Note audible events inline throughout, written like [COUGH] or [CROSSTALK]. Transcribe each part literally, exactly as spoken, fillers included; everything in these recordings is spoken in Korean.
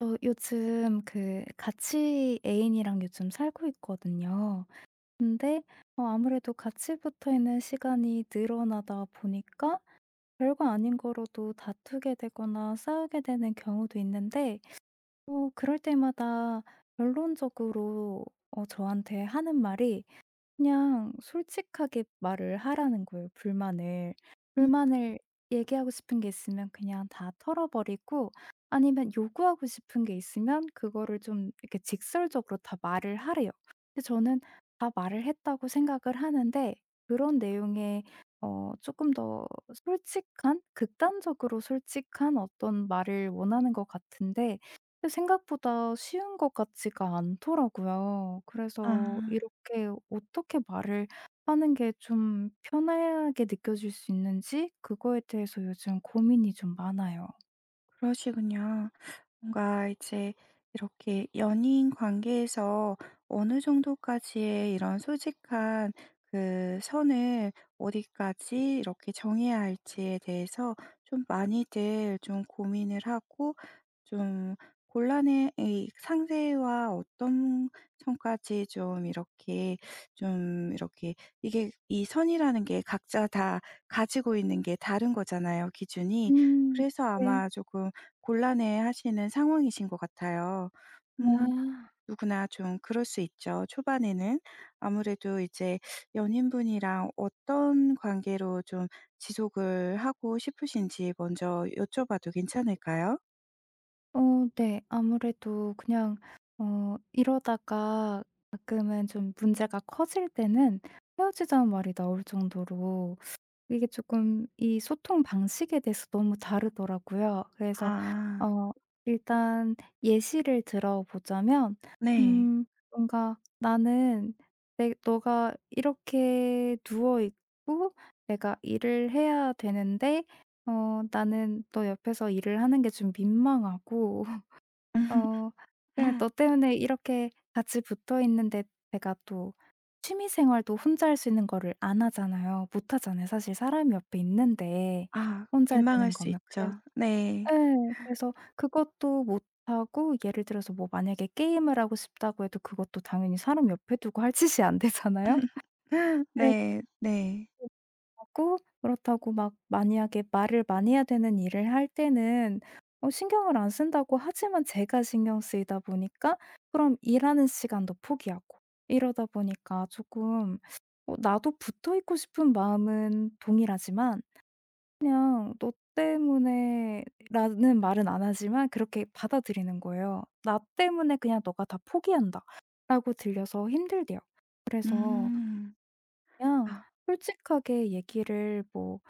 저 요즘 그 같이 애인이랑 요즘 살고 있거든요. 근데 어 아무래도 같이 붙어 있는 시간이 늘어나다 보니까 별거 아닌 거로도 다투게 되거나 싸우게 되는 경우도 있는데 어 그럴 때마다 결론적으로 어 저한테 하는 말이 그냥 솔직하게 말을 하라는 거예요, 불만을. 음. 불만을 얘기하고 싶은 게 있으면 그냥 다 털어버리고 아니면 요구하고 싶은 게 있으면 그거를 좀 이렇게 직설적으로 다 말을 하래요. 근데 저는 다 말을 했다고 생각을 하는데 그런 내용에 어 조금 더 솔직한 극단적으로 솔직한 어떤 말을 원하는 것 같은데 근데 생각보다 쉬운 것 같지가 않더라고요. 아, 그래서 이렇게 어떻게 말을 하는 게 좀 편하게 느껴질 수 있는지 그거에 대해서 요즘 고민이 좀 많아요. 그러시군요. 뭔가 이제 이렇게 연인 관계에서 어느 정도까지의 이런 솔직한 그 선을 어디까지 이렇게 정해야 할지에 대해서 좀 많이들 좀 고민을 하고, 좀 곤란해. 이 상대와 어떤 선까지 좀 이렇게 좀 이렇게 이게 이 선이라는 게 각자 다 가지고 있는 게 다른 거잖아요, 기준이. 음. 그래서 네. 아마 조금 곤란해하시는 상황이신 것 같아요. 음 아. 누구나 좀 그럴 수 있죠. 초반에는 아무래도 이제 연인분이랑 어떤 관계로 좀 지속을 하고 싶으신지 먼저 여쭤봐도 괜찮을까요? 어 네. 아무래도 그냥 어 이러다가 가끔은 좀 문제가 커질 때는 헤어지자는 말이 나올 정도로 이게 조금 이 소통 방식에 대해서 너무 다르더라고요. 그래서 아, 어 일단 예시를 들어보자면 네. 음 뭔가 "나는 내 너가 이렇게 누워 있고 내가 일을 해야 되는데 어 나는 너 옆에서 일을 하는 게 좀 민망하고" 어 그 "너 [LAUGHS] 때문에 이렇게 같이 붙어 있는데" 제가 또 취미 생활도 혼자 할 수 있는 거를 안 하잖아요. 못 하잖아요. 사실 사람이 옆에 있는데 아, 혼자 해야 되는 민망할 수 거면. 그래서 있죠. 네. 예. 그래서 그것도 못 하고 예를 들어서 뭐 만약에 게임을 하고 싶다고 해도 그것도 당연히 사람 옆에 두고 할 짓이 안 되잖아요. [LAUGHS] 그래서 네. 네. 하고 그렇다고 막 만약에 말을 많이 해야 되는 일을 할 때는 어 신경을 안 쓴다고 하지만 제가 신경 쓰이다 보니까 그럼 일하는 시간도 포기하고 이러다 보니까 조금 어 나도 붙어 있고 싶은 마음은 동일하지만 그냥 "너 때문에" 라는 말은 안 하지만 그렇게 받아들이는 거예요. "나 때문에 그냥 너가 다 포기한다."라고 들려서 힘들대요. 그래서 음. 그냥 아, 솔직하게 얘기를 뭐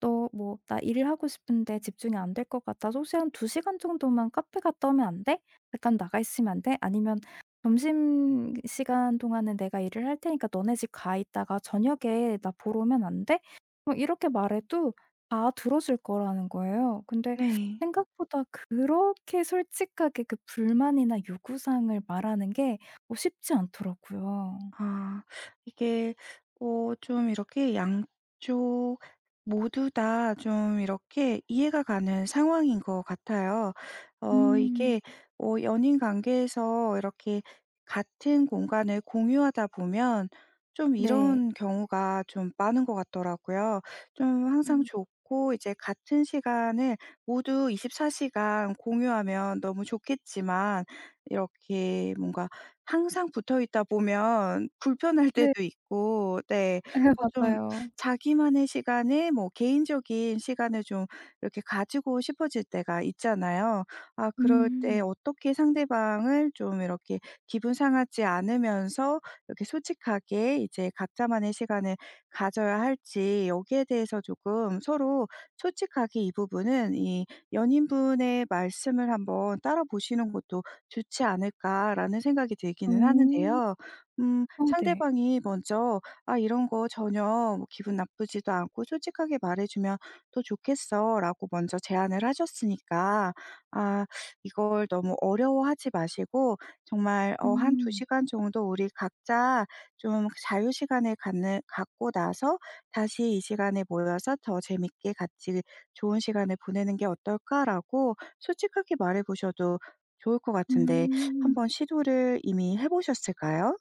너 뭐 "나 일을 하고 싶은데 집중이 안 될 것 같아 혹시 한 두 시간 정도만 카페 갔다 오면 안 돼? 잠깐 나가 있으면 안 돼?" 아니면 "점심 시간 동안은 내가 일을 할 테니까 너네 집 가 있다가 저녁에 나 보러 오면 안 돼?" 뭐 이렇게 말해도 다 들어줄 거라는 거예요. 근데 네. 생각보다 그렇게 솔직하게 그 불만이나 요구사항을 말하는 게 어 쉽지 않더라고요. 아, 이게 어 좀 이렇게 양쪽 모두 다 좀 이렇게 이해가 가는 상황인 것 같아요. 어 음. 이게 어 연인 관계에서 이렇게 같은 공간을 공유하다 보면 좀 네. 이런 경우가 좀 많은 것 같더라고요. 좀 항상 음. 좋고 이제 같은 시간을 모두 이십사 시간 공유하면 너무 좋겠지만 이렇게 뭔가 항상 붙어 있다 보면 불편할 네. 때도 있고, 네. 어 [LAUGHS] 좀 맞아요. 자기만의 시간에 뭐 개인적인 시간을 좀 이렇게 가지고 싶어질 때가 있잖아요. 아, 그럴 때 음. 어떻게 상대방을 좀 이렇게 기분 상하지 않으면서 이렇게 솔직하게 이제 각자만의 시간을 가져야 할지, 여기에 대해서 조금 서로 솔직하게 이 부분은 이 연인분의 말씀을 한번 따라 보시는 것도 좋지 않을까라는 생각이 들기는 음. 하는데요. 음 어 네. 상대방이 먼저 "아, 이런 거 전혀 뭐 기분 나쁘지도 않고 솔직하게 말해 주면 더 좋겠어."라고 먼저 제안을 하셨으니까, 아 이걸 너무 어려워하지 마시고 정말 어 한 두 음. 시간 정도 우리 각자 좀 자유 시간을 갖는 갖고 나서 "다시 이 시간에 모여서 더 재밌게 같이 좋은 시간을 보내는 게 어떨까?"라고 솔직하게 말해 보셔도 좋을 것 같은데, 음. 한번 시도를 이미 해 보셨을까요?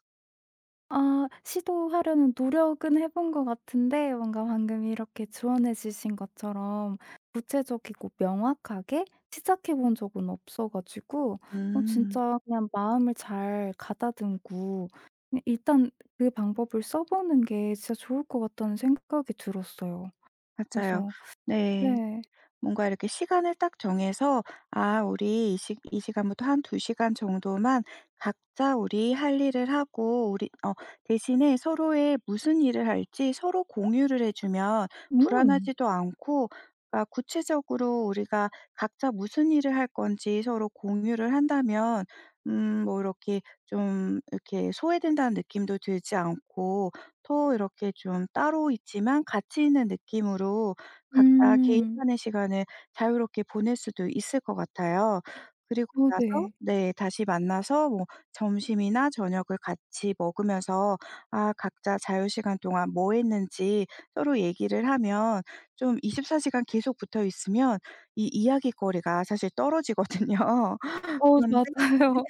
아 시도하려는 노력은 해본 것 같은데 뭔가 방금 이렇게 조언해 주신 것처럼 구체적이고 명확하게 시작해 본 적은 없어 가지고 어 음, 진짜 그냥 마음을 잘 가다듬고 그냥 일단 그 방법을 써 보는 게 진짜 좋을 것 같다는 생각이 들었어요. 맞아요. 그래서 네. 네. 뭔가 이렇게 시간을 딱 정해서 '아, 우리 이 시 이 시간부터 한 두 시간 정도만 각자 우리 할 일을 하고 우리.' 어 대신에 서로의 무슨 일을 할지 서로 공유를 해 주면 음. 불안하지도 않고, 그러니까 구체적으로 우리가 각자 무슨 일을 할 건지 서로 공유를 한다면, 음 뭐 이렇게 좀 이렇게 소외된다는 느낌도 들지 않고 더 이렇게 좀 따로 있지만 같이 있는 느낌으로 각자 음. 개인만의 시간을 자유롭게 보낼 수도 있을 것 같아요. 그리고 어 나서, 네. 네, 다시 만나서 뭐 점심이나 저녁을 같이 먹으면서 아, 각자 자유 시간 동안 뭐 했는지 서로 얘기를 하면, 좀 이십사 시간 계속 붙어 있으면 이 이야깃거리가 사실 떨어지거든요. [LAUGHS] 어 그런데, 맞아요.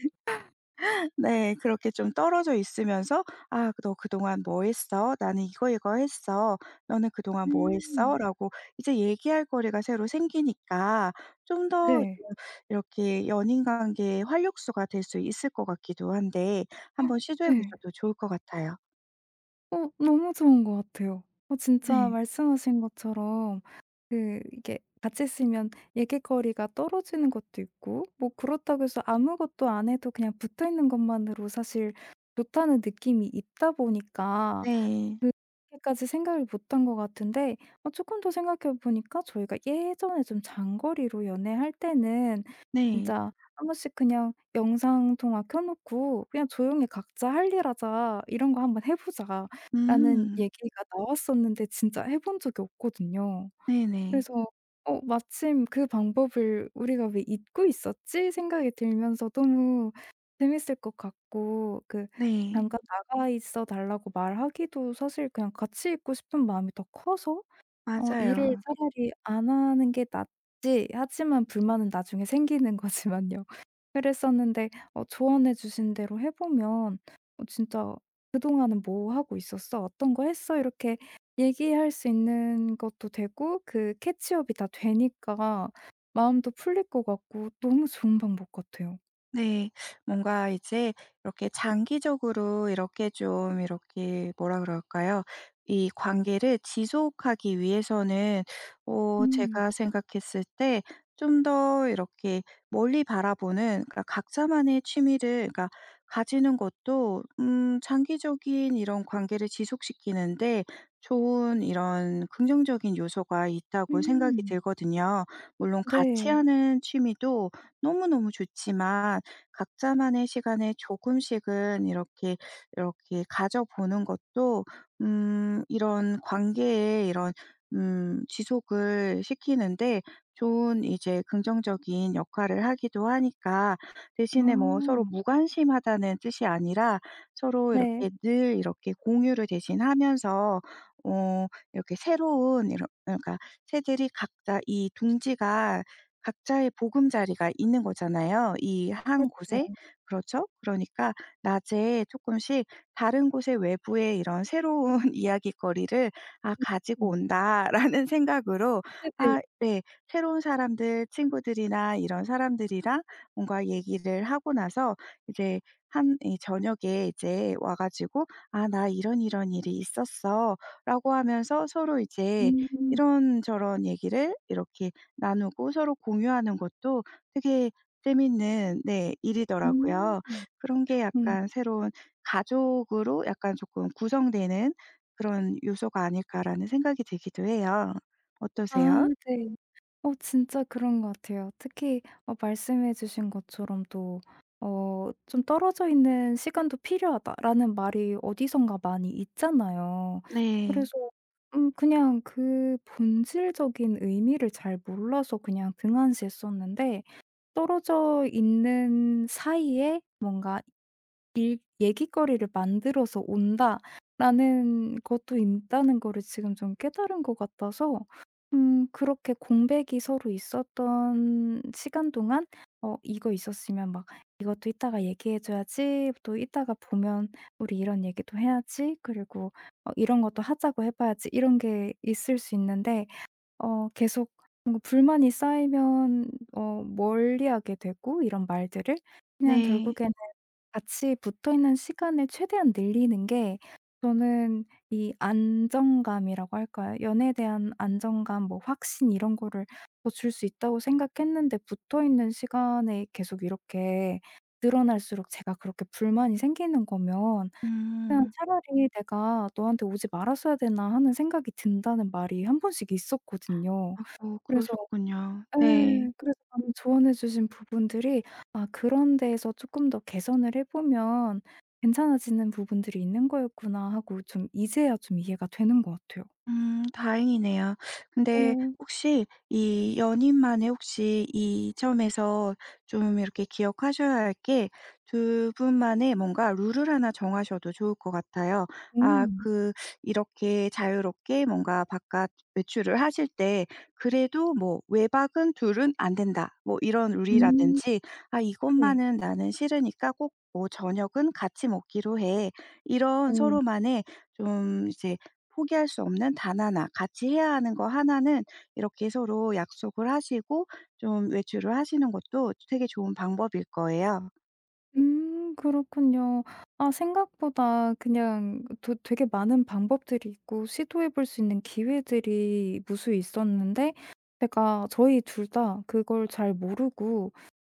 네, 그렇게 좀 떨어져 있으면서 "아, 너 그동안 뭐 했어? 나는 이거, 이거 했어. 너는 [LAUGHS] 그동안 뭐 음. 했어?" 라고 이제 얘기할 거리가 새로 생기니까 좀 더 네. 이렇게 연인 관계의 활력소가 될 수 있을 것 같기도 한데, 한번 시도해 네. 보셔도 좋을 것 같아요. 어 너무 좋은 것 같아요. 어 진짜 네. 말씀하신 것처럼 그 이게 같이 쓰면 얘기거리가 떨어지는 것도 있고 뭐 그렇다고 해서 아무것도 안 해도 그냥 붙어있는 것만으로 사실 좋다는 느낌이 있다 보니까 네. 그 그렇게까지 생각을 못한 것 같은데 어 쪼끔 더 생각해 보니까 저희가 예전에 좀 장거리로 연애할 때는 네. 한 번씩 그냥 영상 통화 켜 놓고 "그냥 조용히 각자 할 일 하자. 이런 거 한번 해 보자."라는 음. 얘기가 나왔었는데 진짜 해본 적이 없거든요. 네네. 그래서 어 마침 그 방법을 '우리가 왜 잊고 있었지?' 생각이 들면서 너무 재밌을 것 같고 그 네. 잠깐 나가 있어 달라고 말하기도 사실 그냥 같이 있고 싶은 마음이 더 커서 어 '일을 맞아요. 차라리 안 하는 게 낫지.' 하지만 불만은 나중에 생기는 [LAUGHS] 거지만요. 그랬었는데 어 조언해 주신 대로 해 보면 어 진짜 "그동안은 뭐 하고 있었어? 어떤 거 했어?" 이렇게 얘기할 수 있는 것도 되고 그 캐치업이 다 되니까 마음도 풀릴 것 같고 너무 좋은 방법 같아요. 네. 뭔가 이제 이렇게 장기적으로 이렇게 좀 이렇게 뭐라 그럴까요? 이 관계를 지속하기 위해서는 어 음. 제가 생각했을 때 좀 더 이렇게 멀리 바라보는, 그러니까 각자만의 취미를, 그러니까 가지는 것도 음 장기적인 이런 관계를 지속시키는데 좋은 이런 긍정적인 요소가 있다고 생각이 음. 들거든요. 물론 같이 네. 하는 취미도 너무너무 좋지만 각자만의 시간에 조금씩은 이렇게 이렇게 가져보는 것도, 음 이런 관계에 이런, 음 지속을 시키는데 좋은 이제 긍정적인 역할을 하기도 하니까 대신에 뭐 서로 아. 무관심하다는 뜻이 아니라 서로 네. 이렇게 늘 이렇게 공유를 대신 하면서 어 이렇게 새로운 이런, 그러니까 새들이 각자 이 둥지가, 각자의 보금자리가 있는 거잖아요, 이 그한 렇 곳에. 그렇죠? 그러니까 낮에 조금씩 '다른 곳의, 외부의 이런 새로운 [LAUGHS] 이야깃거리를 아 가지고 음. 온다.'라는 생각으로, 네네. 아, 네, 새로운 사람들 친구들이나 이런 사람들이랑 뭔가 얘기를 하고 나서 이제, 한 이 저녁에 이제 와 가지고 "아, 나 이런, 이런 일이 있었어."라고 하면서 서로 이제 음. 이런저런 얘기를 이렇게 나누고 서로 공유하는 것도 되게 재밌는, 네, 음. 일이더라고요. 그런 게 음. 약간 새로운 '가족으로 약간 조금 구성되는 그런 요소가 아닐까.'라는 생각이 들기도 해요. 아 어떠세요? 네. 어 진짜 그런 것 같아요. 특히 어 말씀해 주신 것처럼 또 어 "좀 떨어져 있는 시간도 필요하다."라는 말이 어디선가 많이 있잖아요. 네. 그래서 음 그냥 그 본질적인 의미를 잘 몰라서 그냥 등한시했었는데 떨어져 있는 사이에 뭔가 일 얘기거리를 만들어서 온다라는 것도 있다는 거를 지금 좀 깨달은 것 같아서 음 그렇게 공백이 서로 있었던 시간 동안 '어 이거 있었으면 막 이것도 이따가 얘기해 줘야지. 또 이따가 보면 우리 이런 얘기도 해야지. 그리고 어 이런 것도 하자고 해 봐야지.' 이런 게 있을 수 있는데 어 계속 뭔가 불만이 쌓이면 어 멀리하게 되고 이런 말들을 그냥 네. 결국에는 같이 붙어있는 시간을 최대한 늘리는 게 저는 이 안정감이라고 할까요? 연애에 대한 안정감 뭐 확신 이런 거를 더 줄 수 있다고 생각했는데 붙어있는 시간에 계속 이렇게 늘어날수록 제가 그렇게 불만이 생기는 거면 그냥 음. '차라리 내가 너한테 오지 말았어야 되나.' 하는 생각이 든다는 말이 한 번씩 있었거든요. 아이고, 그래서 그러셨군요. 네. 예. 그래서 방금 조언해 주신 부분들이 아 그런 데에서 쪼끔 더 개선을 해 보면 괜찮아지는 부분들이 있는 거였구나 하고 좀 이제야 좀 이해가 되는 것 같아요. 음 다행이네요. 근데 네. 혹시 이 연인만의 혹시 이 점에서 좀 이렇게 기억하셔야 할 게, 두 분만의 뭔가 룰을 하나 정하셔도 좋을 것 같아요. 아, 음. 그 이렇게 자유롭게 뭔가 바깥 외출을 하실 때 그래도 뭐 '외박은 둘은 안 된다.' 뭐 이런 음. 룰이라든지, '아, 네. 이것만은 나는 싫으니까 꼭 뭐 저녁은 같이 먹기로 해.' 이런 어. 서로만의 좀 이제 포기할 수 없는 단 하나, 같이 해야 하는 거 하나는 이렇게 서로 약속을 하시고 좀 외출을 하시는 것도 되게 좋은 방법일 거예요. 음 그렇군요. 아 생각보다 그냥 되 되게 많은 방법들이 있고 시도해 볼 수 있는 기회들이 무수히 있었는데 제가 저희 둘 다 그걸 잘 모르고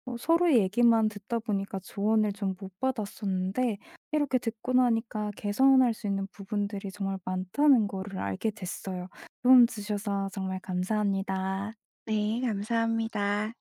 어 서로 얘기만 듣다 보니까 조언을 좀 못 받았었는데 이렇게 듣고 나니까 개선할 수 있는 부분들이 정말 많다는 거를 알게 됐어요. 도움 주셔서 정말 감사합니다. 네, 감사합니다.